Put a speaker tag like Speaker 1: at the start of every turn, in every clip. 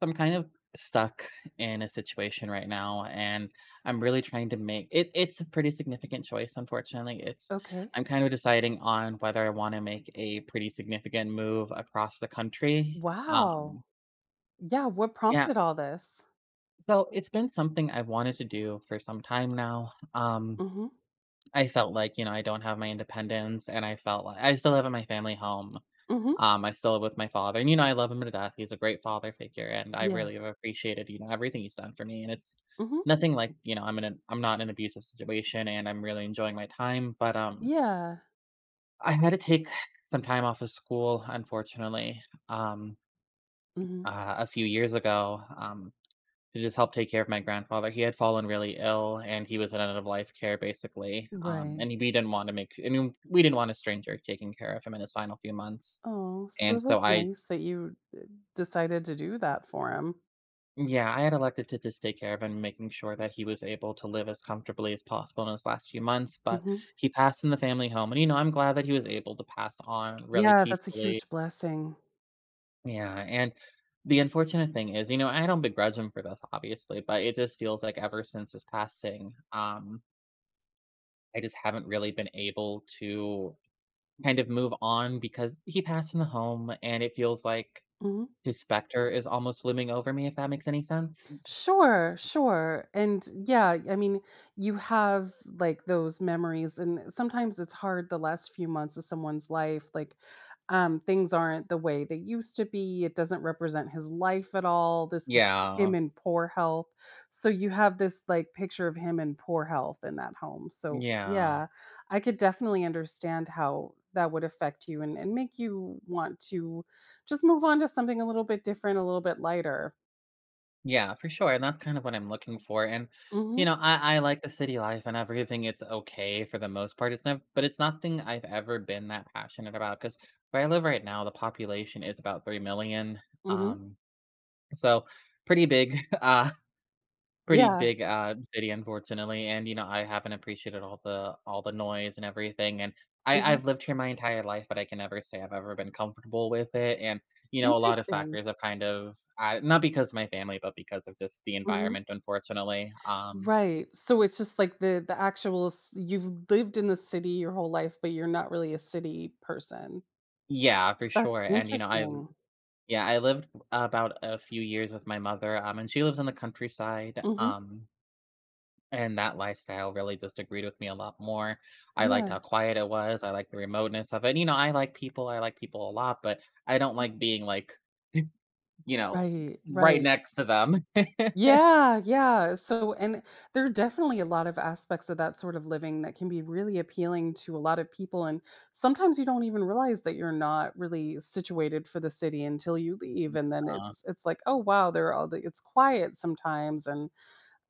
Speaker 1: So, I'm kind of stuck in a situation right now, and I'm really trying to make it it's a pretty significant choice, unfortunately. It's
Speaker 2: Okay.
Speaker 1: I'm kind of deciding on whether I want to make a pretty significant move across the country.
Speaker 2: Wow.
Speaker 1: Um
Speaker 2: Yeah, what
Speaker 1: yeah,
Speaker 2: prompted all this?
Speaker 1: so it's been something I've wanted to do for some time now. Um
Speaker 2: Mhm.
Speaker 1: I felt like, I don't have my independence, and I felt like I still live in my family home.
Speaker 2: Mhm.
Speaker 1: I still live with my father, and, I love him to death. He's a great father figure, and I
Speaker 2: Yeah.
Speaker 1: really have appreciated, everything he's done for me, and it's
Speaker 2: Mhm.
Speaker 1: nothing like, I'm not in an abusive situation, and I'm really enjoying my time, but,
Speaker 2: Yeah.
Speaker 1: I had to take some time off of school, unfortunately, um,
Speaker 2: Mhm.
Speaker 1: a few years ago, to just help take care of my grandfather. He had fallen really ill, and he was in end-of-life care, basically,
Speaker 2: Right.
Speaker 1: and we didn't want to make I mean, we didn't want a stranger taking care of him in his final few months,
Speaker 2: Oh, so
Speaker 1: and
Speaker 2: it
Speaker 1: so
Speaker 2: was
Speaker 1: I
Speaker 2: nice that you, decided to do that for him.
Speaker 1: yeah, I had elected to just take care of him, making sure that he was able to live as comfortably as possible in his last few months. But
Speaker 2: Mhm.
Speaker 1: he passed in the family home. And, I'm glad that he was able to pass on really
Speaker 2: Yeah, that's a
Speaker 1: peacefully.
Speaker 2: huge blessing.
Speaker 1: Yeah. And the unfortunate thing is, I don't begrudge him for this, obviously, but it just feels like ever since his passing, I just haven't really been able to kind of move on because he passed in the home, and it feels like
Speaker 2: Mhm.
Speaker 1: his specter is almost looming over me, if that makes any sense.
Speaker 2: Sure, sure. And yeah, I mean, you have like those memories, and sometimes it's hard the last few months of someone's life, like, things aren't the way they used to be. It doesn't represent his life at all. This is him
Speaker 1: Yeah.
Speaker 2: in poor health. So you have this, like, picture of him in poor health in that home. So
Speaker 1: Yeah.
Speaker 2: yeah, I could definitely understand how that would affect you, and make you want to just move on to something a little bit different, a little bit lighter.
Speaker 1: Yeah, for sure, and that's kind of what I'm looking for. And,
Speaker 2: Mhm.
Speaker 1: I like the city life and everything. It's okay for the most part. It's not But it's nothing I've ever been that passionate about. Because where I live right now, the population is about 3 million,
Speaker 2: Mhm.
Speaker 1: um, so pretty big, uh Pretty
Speaker 2: Yeah.
Speaker 1: big, city, unfortunately. And, I haven't appreciated all the noise and everything, and
Speaker 2: Mhm.
Speaker 1: I've lived here my entire life, but I can never say I've ever been comfortable with it. And, a lot of
Speaker 2: Interesting.
Speaker 1: factors have kind of, not because of my family, but because of just the
Speaker 2: Mhm.
Speaker 1: environment, unfortunately.
Speaker 2: Right. So it's just like the actual s you've lived in the city your whole life, but you're not really a city person.
Speaker 1: Yeah, for
Speaker 2: That's
Speaker 1: sure, and, you know, I've
Speaker 2: interesting.
Speaker 1: yeah, I lived about a few years with my mother, and she lives in the countryside.
Speaker 2: Mhm.
Speaker 1: And that lifestyle really just agreed with me a lot more. I liked how
Speaker 2: Yeah.
Speaker 1: quiet it was. I liked the remoteness of it. I like people a lot, but I don't
Speaker 2: Mm.
Speaker 1: like being, like, you know,
Speaker 2: Right,
Speaker 1: right
Speaker 2: right.
Speaker 1: next to them.
Speaker 2: Yeah, yeah. So, and there are definitely a lot of aspects of that sort of living that can be really appealing to a lot of people, and sometimes you don't even realize that you're not really situated for the city until you leave, and then
Speaker 1: Uh,
Speaker 2: it's like, "Oh, wow, there are all the" — it's quiet sometimes, and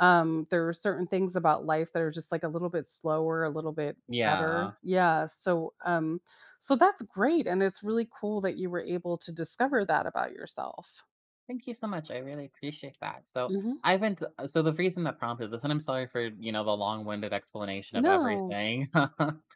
Speaker 2: There are certain things about life that are just, like, a little bit slower, a little bit
Speaker 1: yeah.
Speaker 2: better. Yeah, so that's great, and it's really cool that you were able to discover that about yourself.
Speaker 1: Thank you so much, I really appreciate that. So,
Speaker 2: Mhm.
Speaker 1: I went so the reason that prompted this, and I'm sorry for, the long-winded explanation of
Speaker 2: No.
Speaker 1: everything,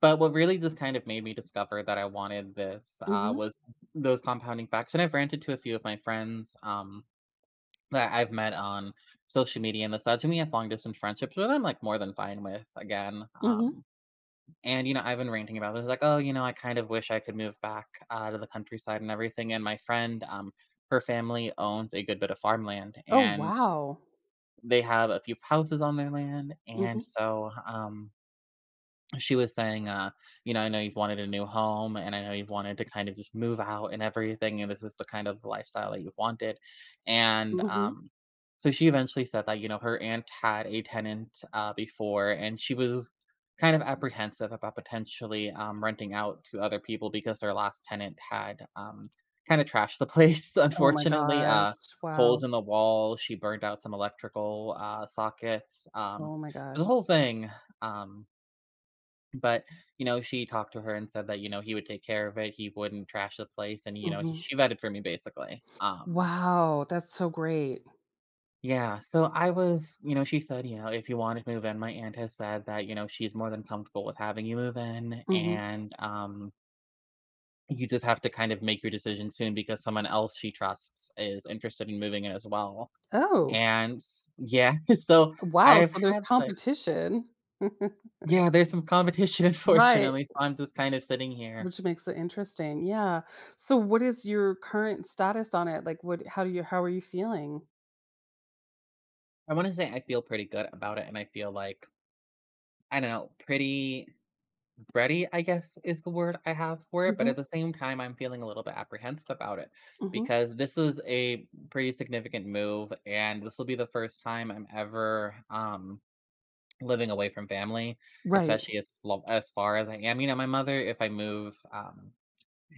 Speaker 1: but what really just kind of made me discover that I wanted this,
Speaker 2: Mhm.
Speaker 1: was those compounding facts. And I've ranted to a few of my friends, that I've met on social media and the such, and we have long distance friendships, but I'm like more than fine with again.
Speaker 2: Mhm.
Speaker 1: And I've been ranting about this, like, oh, I kind of wish I could move back to the countryside and everything. And my friend, her family owns a good bit of farmland,
Speaker 2: Oh,
Speaker 1: and
Speaker 2: wow.
Speaker 1: they have a few houses on their land, and
Speaker 2: Mhm.
Speaker 1: so she was saying, I know you've wanted a new home, and I know you've wanted to kind of just move out and everything. And this is the kind of lifestyle that you've wanted. And
Speaker 2: Mhm.
Speaker 1: so she eventually said that, her aunt had a tenant before, and she was kind of apprehensive about potentially, renting out to other people because their last tenant had, kind of trashed the place,
Speaker 2: Oh my
Speaker 1: unfortunately.
Speaker 2: gosh.
Speaker 1: Uh,
Speaker 2: Wow.
Speaker 1: holes in the wall. She burned out some electrical, sockets. Um,
Speaker 2: Oh my
Speaker 1: it was a
Speaker 2: gosh.
Speaker 1: whole thing. Um, but, she talked to her and said that, he would take care of it, he wouldn't trash the place. And, he
Speaker 2: Mhm.
Speaker 1: she vetted for me basically. Um,
Speaker 2: Wow, that's so great.
Speaker 1: yeah, so I was you know, she said, "If you want to move in," my aunt has said that, she's more than comfortable with having you move in.
Speaker 2: Mhm.
Speaker 1: And, you just have to kind of make your decision soon because someone else she trusts is interested in moving in as well.
Speaker 2: Oh,
Speaker 1: And s yeah, so
Speaker 2: wow,
Speaker 1: I've
Speaker 2: so there's
Speaker 1: had, like
Speaker 2: competition.
Speaker 1: yeah, there's some competition,
Speaker 2: Right.
Speaker 1: unfortunately, so I'm just kind of sitting here.
Speaker 2: Which makes it interesting, yeah. So what is your current status on it? Like, what how do you how are you feeling?
Speaker 1: I wanna say I feel pretty good about it, and I feel like, I don't know, pretty ready, I guess, is the word I have for it. But at
Speaker 2: Mhm,
Speaker 1: the same time, I'm feeling a little bit apprehensive about it
Speaker 2: mhm.
Speaker 1: because this is a pretty significant move, and this will be the first time I'm ever, living away from family,
Speaker 2: Right.
Speaker 1: especially as far as I am. My mother,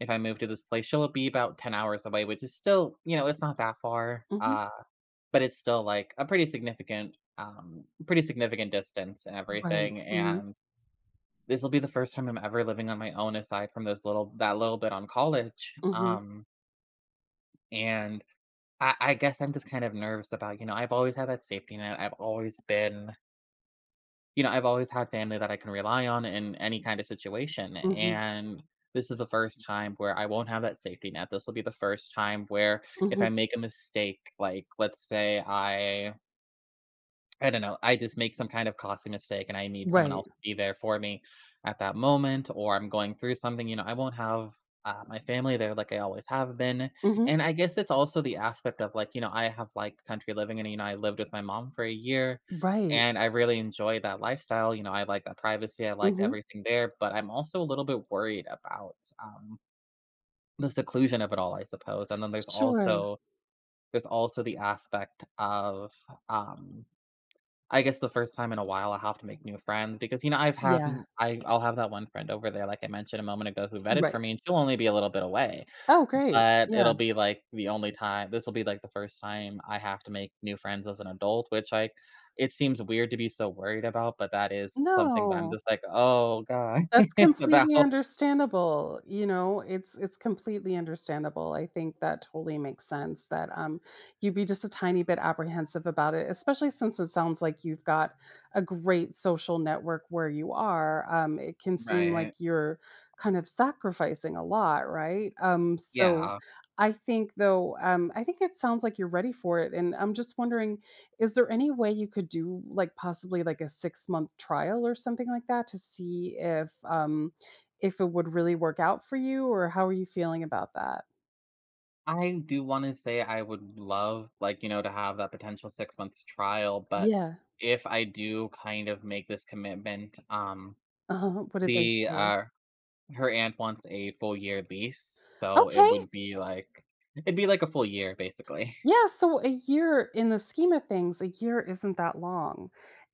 Speaker 1: if I move to this place, she'll be about 10 hours away, which is still, it's not that far,
Speaker 2: Mhm.
Speaker 1: but it's still, like, a pretty significant distance and
Speaker 2: Right.
Speaker 1: everything.
Speaker 2: Mhm,
Speaker 1: And this'll be the first time I'm ever living on my own aside from those little that little bit on college,
Speaker 2: mhm,
Speaker 1: and I guess I'm just kind of nervous about, I've always had that safety net, I've always been you know, I've always had family that I can rely on in any kind of situation.
Speaker 2: mhm,
Speaker 1: And this is the first time where I won't have that safety net. This'll be the first time where, if
Speaker 2: mhm.
Speaker 1: I make a mistake, like, let's say I don't know, I just make some kind of costly mistake, and I need someone
Speaker 2: Right.
Speaker 1: else to be there for me at that moment, or I'm going through something. I won't have, my family there like I always have been.
Speaker 2: Mhm.
Speaker 1: And I guess it's also the aspect of like, I have like country living. And, I lived with my mom for a year,
Speaker 2: Right.
Speaker 1: and I really enjoy that lifestyle. I like that privacy, I liked
Speaker 2: Mhm.
Speaker 1: everything there, but I'm also a little bit worried about, um, the seclusion of it all, I suppose. And then there's
Speaker 2: Sure.
Speaker 1: also, there's also the aspect of, um, I guess the first time in a while I have to make new friends because, I've had
Speaker 2: Yeah.
Speaker 1: m I I'll have that one friend over there, like I mentioned a moment ago, who vetted for
Speaker 2: Right.
Speaker 1: me, and she'll only be a little bit away.
Speaker 2: Oh, great.
Speaker 1: But
Speaker 2: Yeah.
Speaker 1: it'll be, like, the only time this'll be, like, the first time I have to make new friends as an adult, which, like, it seems weird to be so worried about, but that is something that I'm
Speaker 2: No.
Speaker 1: just like, "Oh god,"
Speaker 2: That's completely
Speaker 1: about.
Speaker 2: understandable, it's completely understandable. I think that totally makes sense that, you'd be just a tiny bit apprehensive about it, especially since it sounds like you've got a great social network where you are. It can seem like
Speaker 1: Right.
Speaker 2: you're kind of sacrificing a lot, right? So
Speaker 1: Yeah.
Speaker 2: I think, though, I think it sounds like you're ready for it, and I'm just wondering, is there any way you could do, like, possibly, like, a six-month trial or something like that to see if it would really work out for you, or how are you feeling about that?
Speaker 1: I do wanna say I would love, like, to have that potential 6 months trial. But
Speaker 2: Yeah.
Speaker 1: if I do kind of make this commitment,
Speaker 2: What did they
Speaker 1: the,
Speaker 2: say?
Speaker 1: uh her aunt wants a full year lease, so
Speaker 2: Okay,
Speaker 1: it'd be like a full year basically.
Speaker 2: yeah, so a year in the scheme of things, a year isn't that long.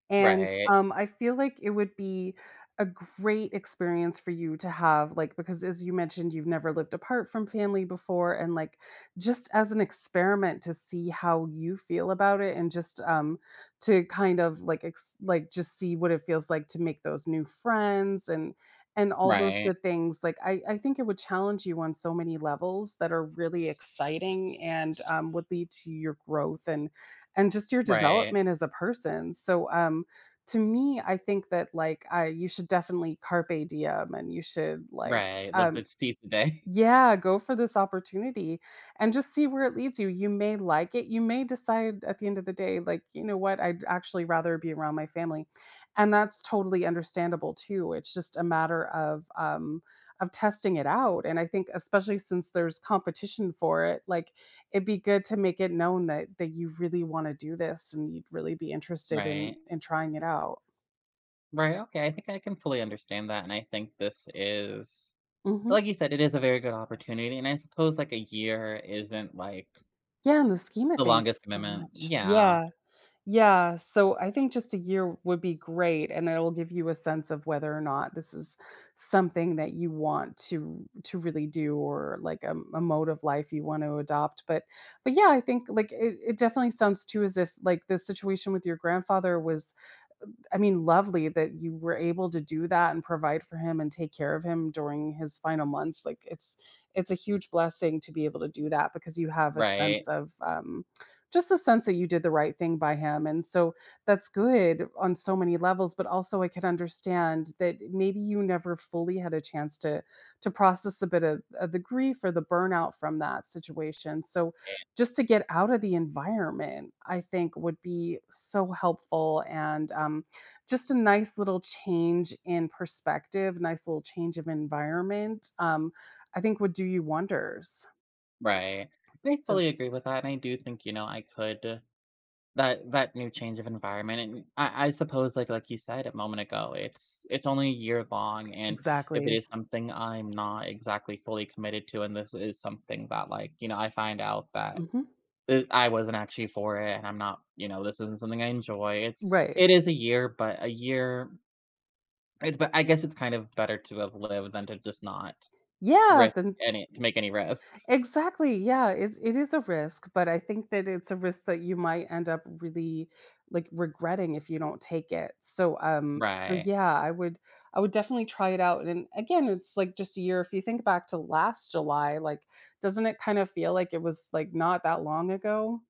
Speaker 2: And,
Speaker 1: Right,
Speaker 2: I feel like it would be a great experience for you to have, like, because as you mentioned, you've never lived apart from family before, and, like, just as an experiment to see how you feel about it, and just, to kind of, like, just see what it feels like to make those new friends, and all those
Speaker 1: right,
Speaker 2: good things. Like, I think it would challenge you on so many levels that are really exciting and, would lead to your growth, and just your
Speaker 1: right,
Speaker 2: development as a person. So, to me, I think that, like, I you should definitely carpe diem, and you should, like,
Speaker 1: right, live
Speaker 2: um
Speaker 1: to seize the day.
Speaker 2: yeah, go for this opportunity and just see where it leads you. You may like it. You may decide at the end of the day, like, you know what, I'd actually rather be around my family. And that's totally understandable too. It's just a matter of testing it out. And I think, especially since there's competition for it, like, it'd be good to make it known that you really want to do this and you'd really be interested in
Speaker 1: Right.
Speaker 2: in trying it out.
Speaker 1: Right, okay, I think I can fully understand that, and I think this is
Speaker 2: Hmm.
Speaker 1: like you said, it is a very good opportunity. And I suppose, like, a year isn't, like,
Speaker 2: Yeah, and the scheme of
Speaker 1: the
Speaker 2: things
Speaker 1: longest
Speaker 2: is not
Speaker 1: commitment.
Speaker 2: much.
Speaker 1: Yeah,
Speaker 2: Yeah. Yeah, so I think just a year would be great, and it'll give you a sense of whether or not this is something that you want to really do, or like a mode of life you want to adopt. But yeah, I think, like, it definitely sounds too as if, like, the situation with your grandfather was, I mean, lovely that you were able to do that and provide for him and take care of him during his final months. Like, it's a huge blessing to be able to do that, because you have a sense
Speaker 1: right,
Speaker 2: of just a sense that you did the right thing by him, and so that's good on so many levels. But also, I can understand that maybe you never fully had a chance to process a bit of the grief or the burnout from that situation. So
Speaker 1: eh,
Speaker 2: just to get out of the environment, I think, would be so helpful, and, just a nice little change in perspective, nice little change of environment, I think would do you wonders.
Speaker 1: right. And I
Speaker 2: So
Speaker 1: fully agree with that, and I do think, I could that new change of environment. And I suppose, like you said a moment ago, it's only a year long. And if it
Speaker 2: exactly.
Speaker 1: is something I'm not exactly fully committed to, and this is something that, like, I find out that,
Speaker 2: Mhm.
Speaker 1: I wasn't actually for it, and I'm not you know, this isn't something I enjoy. it's
Speaker 2: Right.
Speaker 1: it is a year, but a year it's but I guess it's kind of better to have lived than to just not.
Speaker 2: Yeah,
Speaker 1: Risk
Speaker 2: then
Speaker 1: any to make any risks.
Speaker 2: exactly. Yeah, it is a risk, but I think that it's a risk that you might end up really, like, regretting if you don't take it. So
Speaker 1: Right.
Speaker 2: yeah, I would definitely try it out. And again, it's like just a year. If you think back to last July, like, doesn't it kind of feel like it was, like, not that long ago?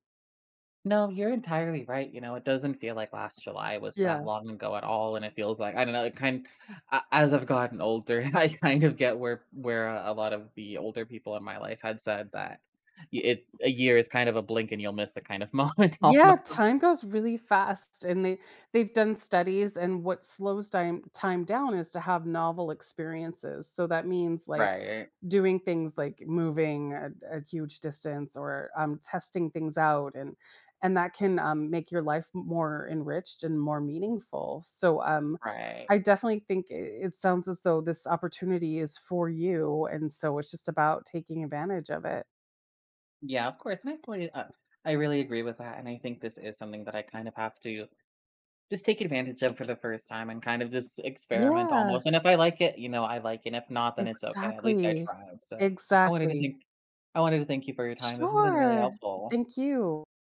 Speaker 1: No, you're entirely right, it doesn't feel like last July was that
Speaker 2: Yeah.
Speaker 1: long ago at all. And it feels like, I don't know, it kind a as I've gotten older, I kind of get where a lot of the older people in my life had said that, y it a year is kind of a blink and you'll miss it kind of moment
Speaker 2: Yeah,
Speaker 1: almost.
Speaker 2: time goes really fast, and they've done studies, and what slows time down is to have novel experiences. So that means like
Speaker 1: Right,
Speaker 2: doing things like moving a huge distance, or, testing things out, and that can, make your life more enriched and more meaningful. So,
Speaker 1: right.
Speaker 2: I definitely think it sounds as though this opportunity is for you, and so it's just about taking advantage of it.
Speaker 1: Yeah, of course. And I really agree with that, and I think this is something that I kind of have to just take advantage of for the first time and kind of just experiment
Speaker 2: Yeah,
Speaker 1: almost. And if I like it, I like it. And if not, then it's okay, at least I
Speaker 2: exactly.
Speaker 1: tried. So I wanted to
Speaker 2: Exactly.
Speaker 1: thank I wanted to thank you for your time. This has been really
Speaker 2: Sure.
Speaker 1: helpful.
Speaker 2: Thank you.